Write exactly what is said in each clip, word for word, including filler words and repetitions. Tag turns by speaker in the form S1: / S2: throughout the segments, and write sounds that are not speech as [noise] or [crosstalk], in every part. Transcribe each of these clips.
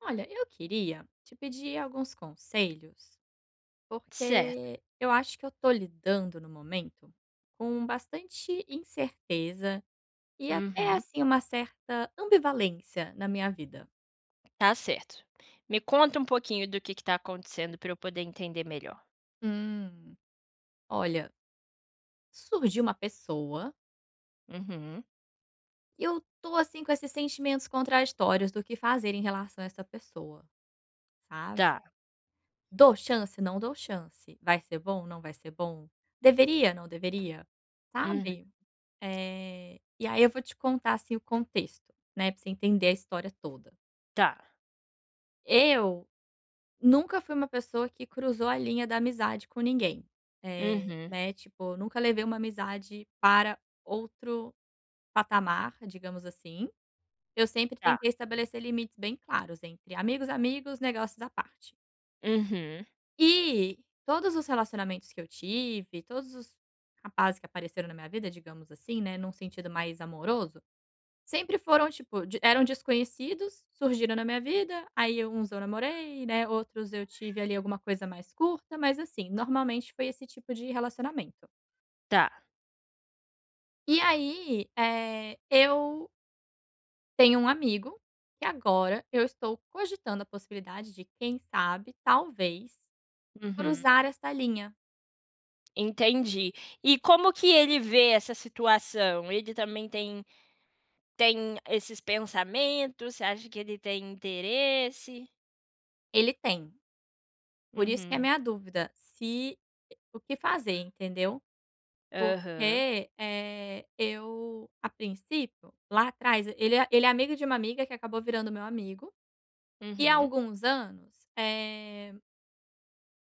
S1: Olha, eu queria te pedir alguns conselhos,
S2: Certo.
S1: porque eu acho que eu tô lidando no momento com bastante incerteza e até
S2: Uhum.
S1: assim uma certa ambivalência na minha vida.
S2: Tá certo. Me conta um pouquinho do que que tá acontecendo para eu poder entender melhor.
S1: Hum, Olha, surgiu uma pessoa
S2: Uhum.
S1: e eu tô assim com esses sentimentos contraditórios do que fazer em relação a essa pessoa, sabe?
S2: Tá.
S1: Dou chance, não dou chance. Vai ser bom, não vai ser bom? Deveria, não deveria?
S2: Uhum.
S1: Sabe? Eh, e aí eu vou te contar, assim, o contexto, né, pra você entender a história toda.
S2: Tá.
S1: Eu nunca fui uma pessoa que cruzou a linha da amizade com ninguém, eh,
S2: Uhum.
S1: né, tipo, nunca levei uma amizade para outro patamar, digamos assim. Eu sempre
S2: Tá.
S1: tentei estabelecer limites bem claros entre amigos, amigos, negócios à parte.
S2: Uhum.
S1: E todos os relacionamentos que eu tive, todos os rapazes que apareceram na minha vida, digamos assim, né, num sentido mais amoroso sempre foram, tipo, de eram desconhecidos, surgiram na minha vida, aí uns eu namorei, né, outros eu tive ali alguma coisa mais curta, mas assim, normalmente foi esse tipo de relacionamento.
S2: Tá.
S1: E aí, eh, eu tenho um amigo que agora eu estou cogitando a possibilidade de, quem sabe, talvez,
S2: Uhum.
S1: cruzar essa linha.
S2: Entendi. E como que ele vê essa situação? Ele também tem tem esses pensamentos? Você acha que ele tem interesse?
S1: Ele tem, por isso que é a
S2: Uhum.
S1: minha dúvida, se o que fazer, entendeu?
S2: Aham.
S1: Porque, eh, eu a princípio, lá atrás, ele é ele é amigo de uma amiga que acabou virando meu amigo, e há
S2: Uhum.
S1: alguns anos, eh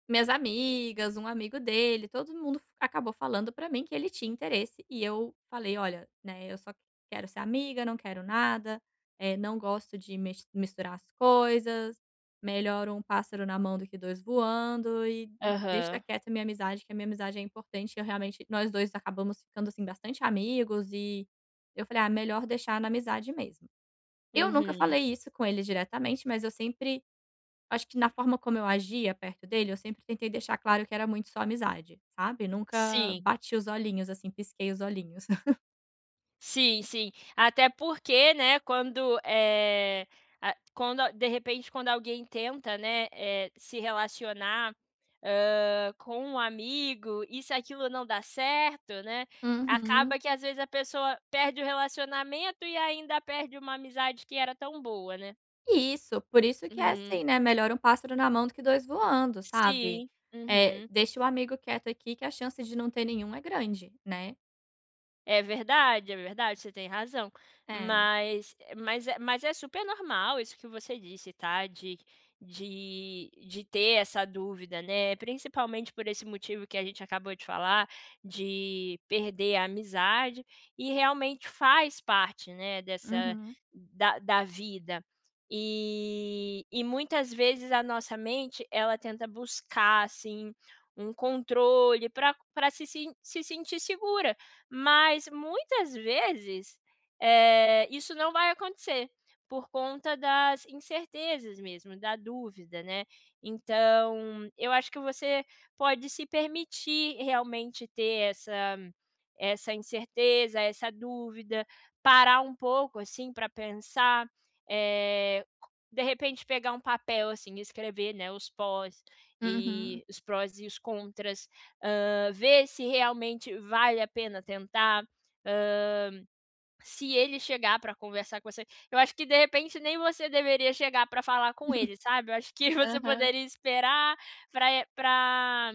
S1: minhas amigas, um amigo dele, todo mundo f acabou falando pra mim que ele tinha interesse e eu falei: "Olha, né, eu só quero ser amiga, não quero nada, eh, não gosto de mis misturar as coisas, melhor um pássaro na mão do que dois voando e deixa
S2: Aham.
S1: quieta a minha amizade, que a minha amizade é importante". Eu realmente nós dois acabamos ficando, assim, bastante amigos e eu falei: "Ah, melhor deixar na amizade mesmo". Eu nunca
S2: Uhum.
S1: falei isso com ele diretamente, mas eu sempre acho que na forma como eu agia perto dele, eu sempre tentei deixar claro que era muito só amizade, sabe, nunca
S2: Sim.
S1: bati os olhinhos, assim, pisquei os olhinhos. [laughs]
S2: Sim, sim. Até porque, né, quando, é a quando a de repente, quando alguém tenta, né, eh, se relacionar, hã, com um amigo isso aquilo não dá certo, né, acaba
S1: Uhum.
S2: que às vezes a pessoa perde o relacionamento e ainda perde uma amizade que era tão boa, né.
S1: Isso, por isso que é
S2: Uhum.
S1: assim, né, melhor um pássaro na mão do que dois voando, sabe.
S2: Sim.
S1: Eh,
S2: Uhum.
S1: deixa o amigo quieto aqui que a chance de não ter nenhum é grande, né.
S2: É verdade, é verdade, você tem razão.
S1: É.
S2: Mas mas é mas é super normal isso que você disse, tá, de de de ter essa dúvida, né, principalmente por esse motivo que a gente acabou de falar, de perder a amizade, e realmente faz parte, né, dessa
S1: Uhum,
S2: da da vida. E e muitas vezes a nossa mente, ela tenta buscar, assim, um controle para se se se sentir segura. Mas muitas vezes, eh, isso não vai acontecer, por conta das incertezas mesmo, da dúvida, né. Então, eu acho que você pode se permitir realmente ter essa essa incerteza, essa dúvida, parar um pouco, assim, para pensar, eh, de repente pegar um papel, assim, escrever, né, os pós
S1: uhum.
S2: e os prós e os contras, hã, ver se realmente vale a pena tentar, hã se ele chegar pra conversar com você, eu acho que de repente nem você deveria chegar pra falar com
S1: [laughs]
S2: ele, sabe. Eu acho que [laughs] você
S1: Aham.
S2: poderia esperar pra pra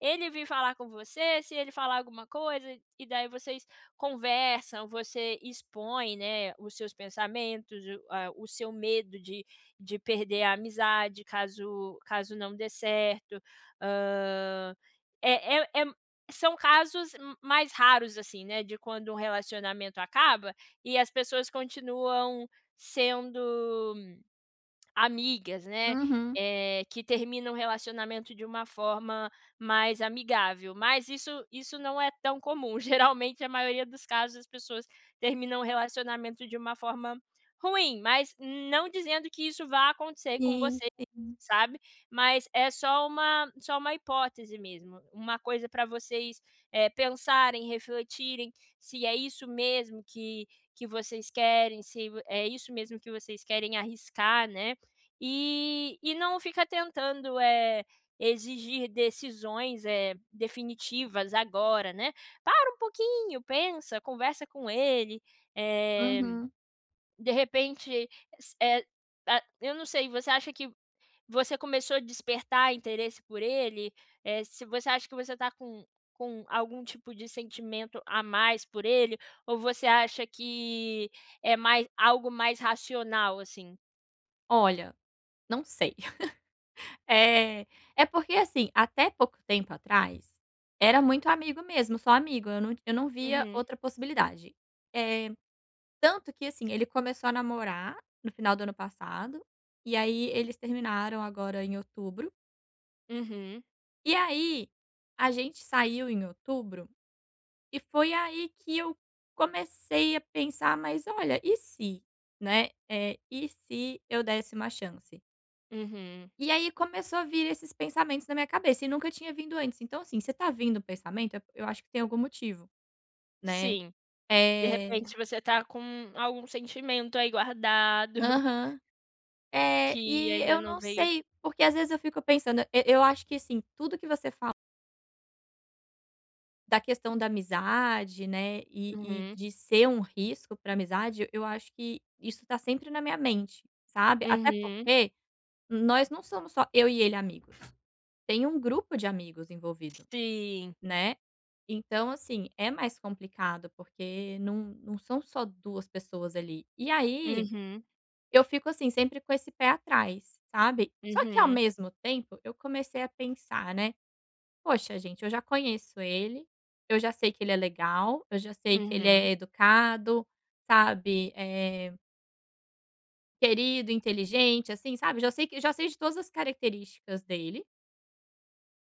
S2: ele vir falar com você, se ele falar alguma coisa, e daí vocês conversam, você expõe, né, os seus pensamentos, o a o seu medo de de perder a amizade caso caso não dê certo. Hã, é é é são casos m mais raros, assim, né, de quando um relacionamento acaba e as pessoas continuam sendo amigas, né,
S1: Uhum.
S2: eh, que terminam um relacionamento de uma forma mais amigável, mas isso isso não é tão comum. [laughs] Geralmente, a maioria dos casos, as pessoas terminam um relacionamento de uma forma ruim, mas não dizendo que isso vá acontecer com
S1: Sim,
S2: você,
S1: sim.
S2: sabe, mas é só uma só uma hipótese mesmo, uma coisa para vocês, eh, pensarem, refletirem se é isso mesmo que que vocês querem, se é isso mesmo que vocês querem arriscar, né. E e não fica tentando, eh, exigir decisões, eh, definitivas agora, né. Para um pouquinho, pensa, conversa com ele, eh,
S1: Uhum.
S2: de repente, s eh, a eu não sei, você acha que você começou a despertar interesse por ele? Eh, se você acha que você está com com algum tipo de sentimento a mais por ele, ou você acha que é mais algo mais racional, assim?
S1: Olha, não sei. É, é porque assim, até pouco tempo atrás, era muito amigo mesmo, só amigo, eu não eu não via
S2: Uhum,
S1: outra possibilidade. É tanto que assim, ele começou a namorar no final do ano passado, e aí eles terminaram agora em outubro,
S2: uhum,
S1: e aí a gente saiu em outubro, e foi aí que eu comecei a pensar: "Mas olha, e se?", né, eh, "e se eu desse uma chance?".
S2: uhum.
S1: E aí começou a vir esses pensamentos na minha cabeça e nunca tinha vindo antes. Então, assim, você tá vindo o pensamento, eu eu acho que tem algum motivo, né.
S2: Sim, de
S1: Eh
S2: repente você tá com algum sentimento aí guardado [laughs]
S1: aham. É,
S2: que
S1: e
S2: ainda
S1: eu
S2: não
S1: não
S2: veio.
S1: sei, porque às vezes eu fico pensando, e eu acho que, assim, tudo que você fala da questão da amizade, né, e e
S2: Uhum,
S1: de ser um risco pra amizade, eu acho que isso tá sempre na minha mente, sabe. Até
S2: uhum,
S1: porque nós não somos só eu e ele amigos, tem um grupo de amigos envolvido.
S2: sim,
S1: Né. Então, assim, é mais complicado, porque não não são só duas pessoas ali. E aí,
S2: uhum,
S1: eu fico, assim, sempre com esse pé atrás, sabe. Só que ao
S2: uhum,
S1: mesmo tempo, eu comecei a pensar, né: "Poxa, gente, eu já conheço ele, eu já sei que ele é legal, eu já sei que ele
S2: uhum,
S1: é educado, sabe, eh, querido, inteligente, assim, sabe, já sei que já sei de todas as características dele".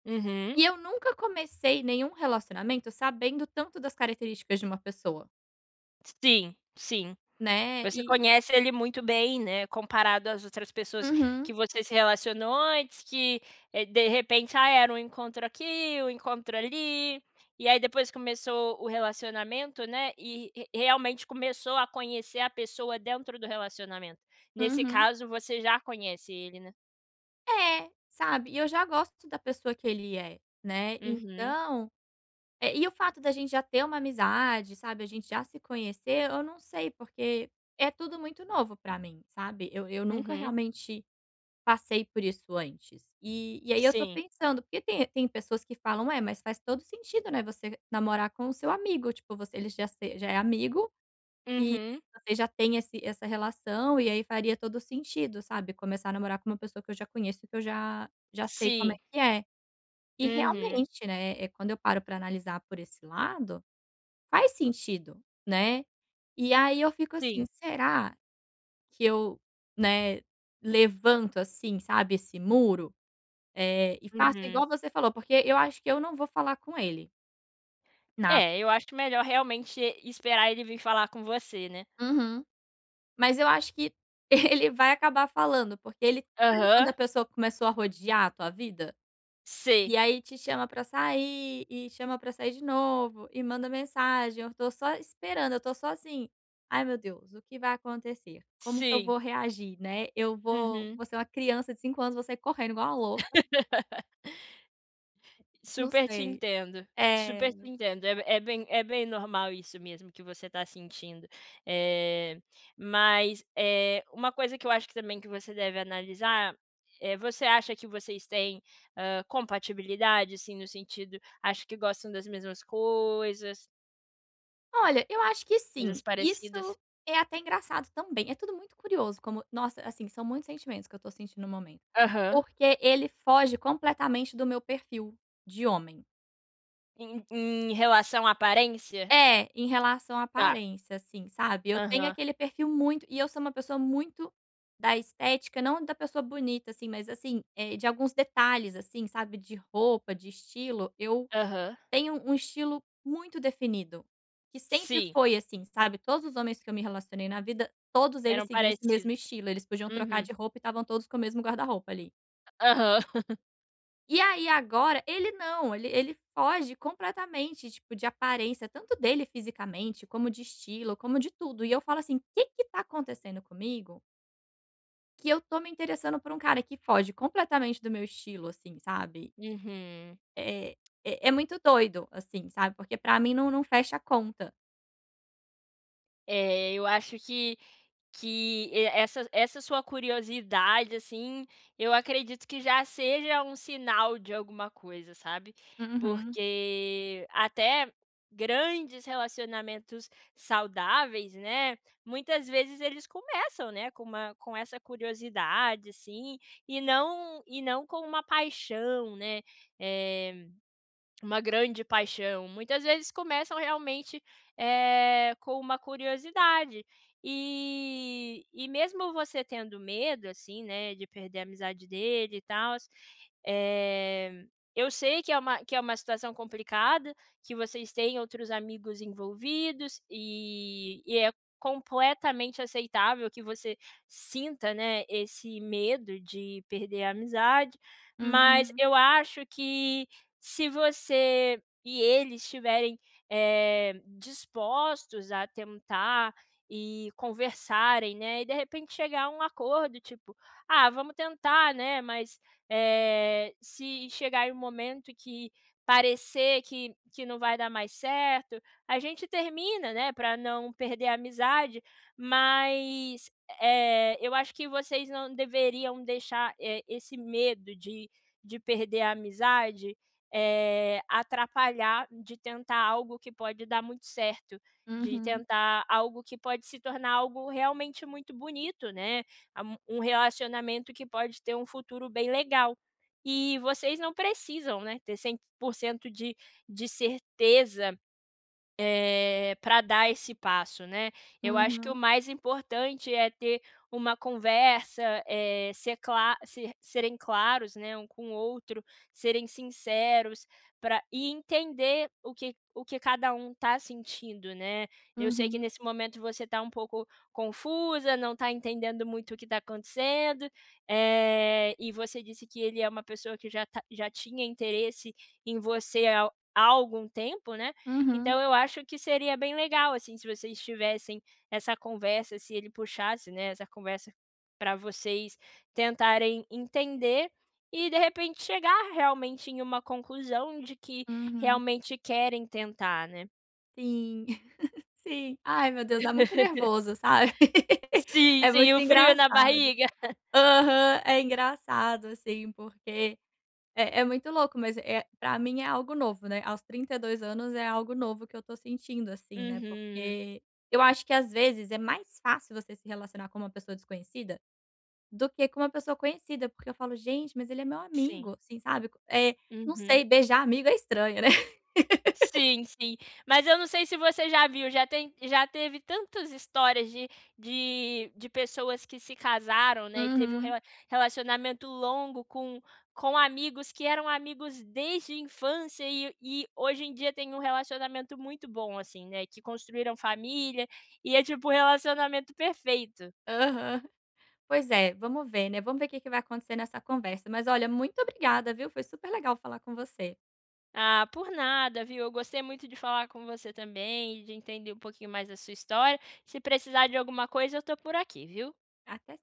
S2: uhum,
S1: E eu nunca comecei nenhum relacionamento sabendo tanto das características de uma pessoa.
S2: sim, sim.
S1: Né,
S2: Você
S1: e
S2: conhece ele muito bem, né, comparado às outras pessoas que
S1: Uhum,
S2: você se relacionou antes, que, eh, de repente, ah, era um encontro aqui, um encontro ali, e aí depois começou o relacionamento, né, e re realmente começou a conhecer a pessoa dentro do relacionamento. Nesse
S1: uhum.
S2: caso, você já conhece ele, né.
S1: É, sabe, e eu já gosto da pessoa que ele é, né,
S2: Uhum,
S1: então eh, e o fato da gente já ter uma amizade, sabe, a gente já se conhecer, eu não sei, porque é tudo muito novo pra mim, sabe, eu eu nunca
S2: uhum,
S1: realmente passei por isso antes. E e aí eu tô
S2: sim.
S1: pensando, porque tem tem pessoas que falam: "É, mas faz todo sentido, né, você namorar com o seu amigo, tipo, você ele já se já é amigo
S2: Uhum,
S1: você já tem esse essa relação, e aí faria todo sentido, sabe, começar a namorar com uma pessoa que eu já conheço, que eu já já sei como é
S2: sim.
S1: que é. E
S2: Uhum,
S1: realmente, né, é quando eu paro para analisar por esse lado, faz sentido, né. E aí eu fico assim:
S2: sim.
S1: "Será que eu, né, levanto, assim, sabe, esse muro, é e faço
S2: Uhum.
S1: igual você falou?" Porque eu acho que eu não vou falar com ele
S2: É,
S1: nada.
S2: eu acho melhor realmente esperar ele vir falar com você, né.
S1: Uhum. Mas eu acho que [laughs] ele vai acabar falando, porque ele sabe quando
S2: Aham.
S1: a pessoa começou a rodear a tua vida?
S2: Sim,
S1: E aí te chama pra sair, e chama pra sair de novo, e manda mensagem, eu tô só esperando, eu tô só assim: "Ai meu Deus, o que vai acontecer? Como que eu
S2: sim.
S1: vou reagir, né? Eu vou
S2: Uhum.
S1: vou ser uma criança de cinco anos, vou sair correndo igual uma louca,
S2: [laughs]
S1: não
S2: Super te
S1: sei".
S2: entendo, super
S1: É.
S2: te entendo. É é bem é bem normal isso mesmo que você está sentindo. Eh, mas, eh, uma coisa que eu acho que também que você deve analisar, é você acha que vocês têm, hã, compatibilidade, assim, no sentido acho que gostam das mesmas coisas,
S1: Olha, eu acho que
S2: coisas
S1: sim.
S2: parecidas?
S1: Isso é até engraçado também. É tudo muito curioso, como nossa, assim, são muitos sentimentos que eu tô sentindo no momento.
S2: Aham.
S1: Porque ele foge completamente do meu perfil de homem.
S2: Em em relação à aparência?
S1: É, em relação à
S2: Tá.
S1: aparência, assim, sabe? Eu tenho
S2: Aham,
S1: aquele perfil muito e eu sou uma pessoa muito da estética, não da pessoa bonita, assim, mas assim, eh, de alguns detalhes, assim, sabe? De roupa, de estilo, eu
S2: aham.
S1: tem um um estilo muito definido, que sempre
S2: Sim,
S1: foi assim, sabe, todos os homens que eu me relacionei na vida, todos eles
S2: eram
S1: seguiam esse
S2: parecidos.
S1: mesmo estilo, eles podiam trocar
S2: Uhum.
S1: de roupa e estavam todos com o mesmo guarda-roupa ali.
S2: Aham. [laughs]
S1: E aí agora ele não, ele ele foge completamente, tipo, de aparência, tanto dele fisicamente, como de estilo, como de tudo. E eu falo assim: o "Que que tá acontecendo comigo, que eu tô me interessando por um cara que foge completamente do meu estilo", assim, sabe.
S2: Uhum.
S1: É é é muito doido, assim, sabe, porque pra mim não não fecha a conta.
S2: É, eu acho que que e essa essa sua curiosidade, assim, eu acredito que já seja um sinal de alguma coisa, sabe.
S1: Uhum,
S2: Porque até grandes relacionamentos saudáveis, né, muitas vezes eles começam, né, com uma com essa curiosidade, assim, e não e não com uma paixão, né. Eh Uma grande paixão. Muitas vezes começam realmente, eh, com uma curiosidade. E e mesmo você tendo medo, assim, né, de perder a amizade dele e tal. eh, eu sei que é uma que é uma situação complicada, que vocês têm outros amigos envolvidos e e é completamente aceitável que você sinta, né, esse medo de perder a amizade, mas
S1: uhum,
S2: eu acho que se você e eles estiverem, eh, dispostos a tentar e conversarem, né, e de repente chegar a um acordo, tipo: "Ah, vamos tentar, né, mas, eh, se chegar em um momento que parecer que que não vai dar mais certo, a gente termina, né, para não perder a amizade", mas, eh, eu acho que vocês não deveriam deixar, eh, esse medo de de perder a amizade, eh, atrapalhar de tentar algo que pode dar muito certo, de
S1: uhum,
S2: tentar algo que pode se tornar algo realmente muito bonito, né, a um um relacionamento que pode ter um futuro bem legal. E vocês não precisam, né, ter cem por cento de de certeza eh, para dar esse passo, né. Eu acho que o
S1: uhum,
S2: mais importante é ter uma conversa, eh, ser cla ser serem claros, né, um com o outro, serem sinceros para e entender o que o que cada um está sentindo, né. Eu sei que
S1: uhum,
S2: nesse momento você está um pouco confusa, não está entendendo muito o que está acontecendo, eh, e você disse que ele é uma pessoa que já tá já tinha interesse em você há há algum tempo, né.
S1: uhum,
S2: Então eu acho que seria bem legal, assim, se vocês tivessem essa conversa, se ele puxasse, né, essa conversa para vocês tentarem entender e de repente chegar realmente em uma conclusão de que
S1: uhum.
S2: realmente querem tentar, né.
S1: Sim, [laughs] sim. Ai, meu Deus, dá muito
S2: [laughs]
S1: nervoso, sabe. [laughs]
S2: Sim,
S1: É
S2: sim,
S1: muito
S2: o frio na
S1: engraçado.
S2: barriga.
S1: Aham, é engraçado, assim, porque é é muito louco, mas é para mim é algo novo, né. Aos trinta e dois anos é algo novo que eu tô sentindo, assim, né,
S2: Uhum.
S1: porque eu acho que às vezes é mais fácil você se relacionar com uma pessoa desconhecida do que com uma pessoa conhecida, porque eu falo: "Gente, mas ele é meu
S2: Sim.
S1: amigo", assim, sabe, eh, não
S2: Uhum.
S1: sei, beijar amigo é estranho, né. [laughs]
S2: Sim, sim. Mas eu não sei se você já viu, já tem já teve tantas histórias de de de pessoas que se casaram, né, e teve um
S1: Uhum.
S2: rela relacionamento longo com com amigos que eram amigos desde a infância e e hoje em dia tem um relacionamento muito bom, assim, né, que construíram família e é tipo um relacionamento perfeito.
S1: Aham. Pois é, vamos ver, né, vamos ver o que que vai acontecer nessa conversa. Mas olha, muito obrigada, viu, foi super legal falar com você.
S2: Ah, por nada, viu. Eu gostei muito de falar com você também de entender um pouquinho mais da sua história. Se precisar de alguma coisa, eu estou por aqui, viu.
S1: Até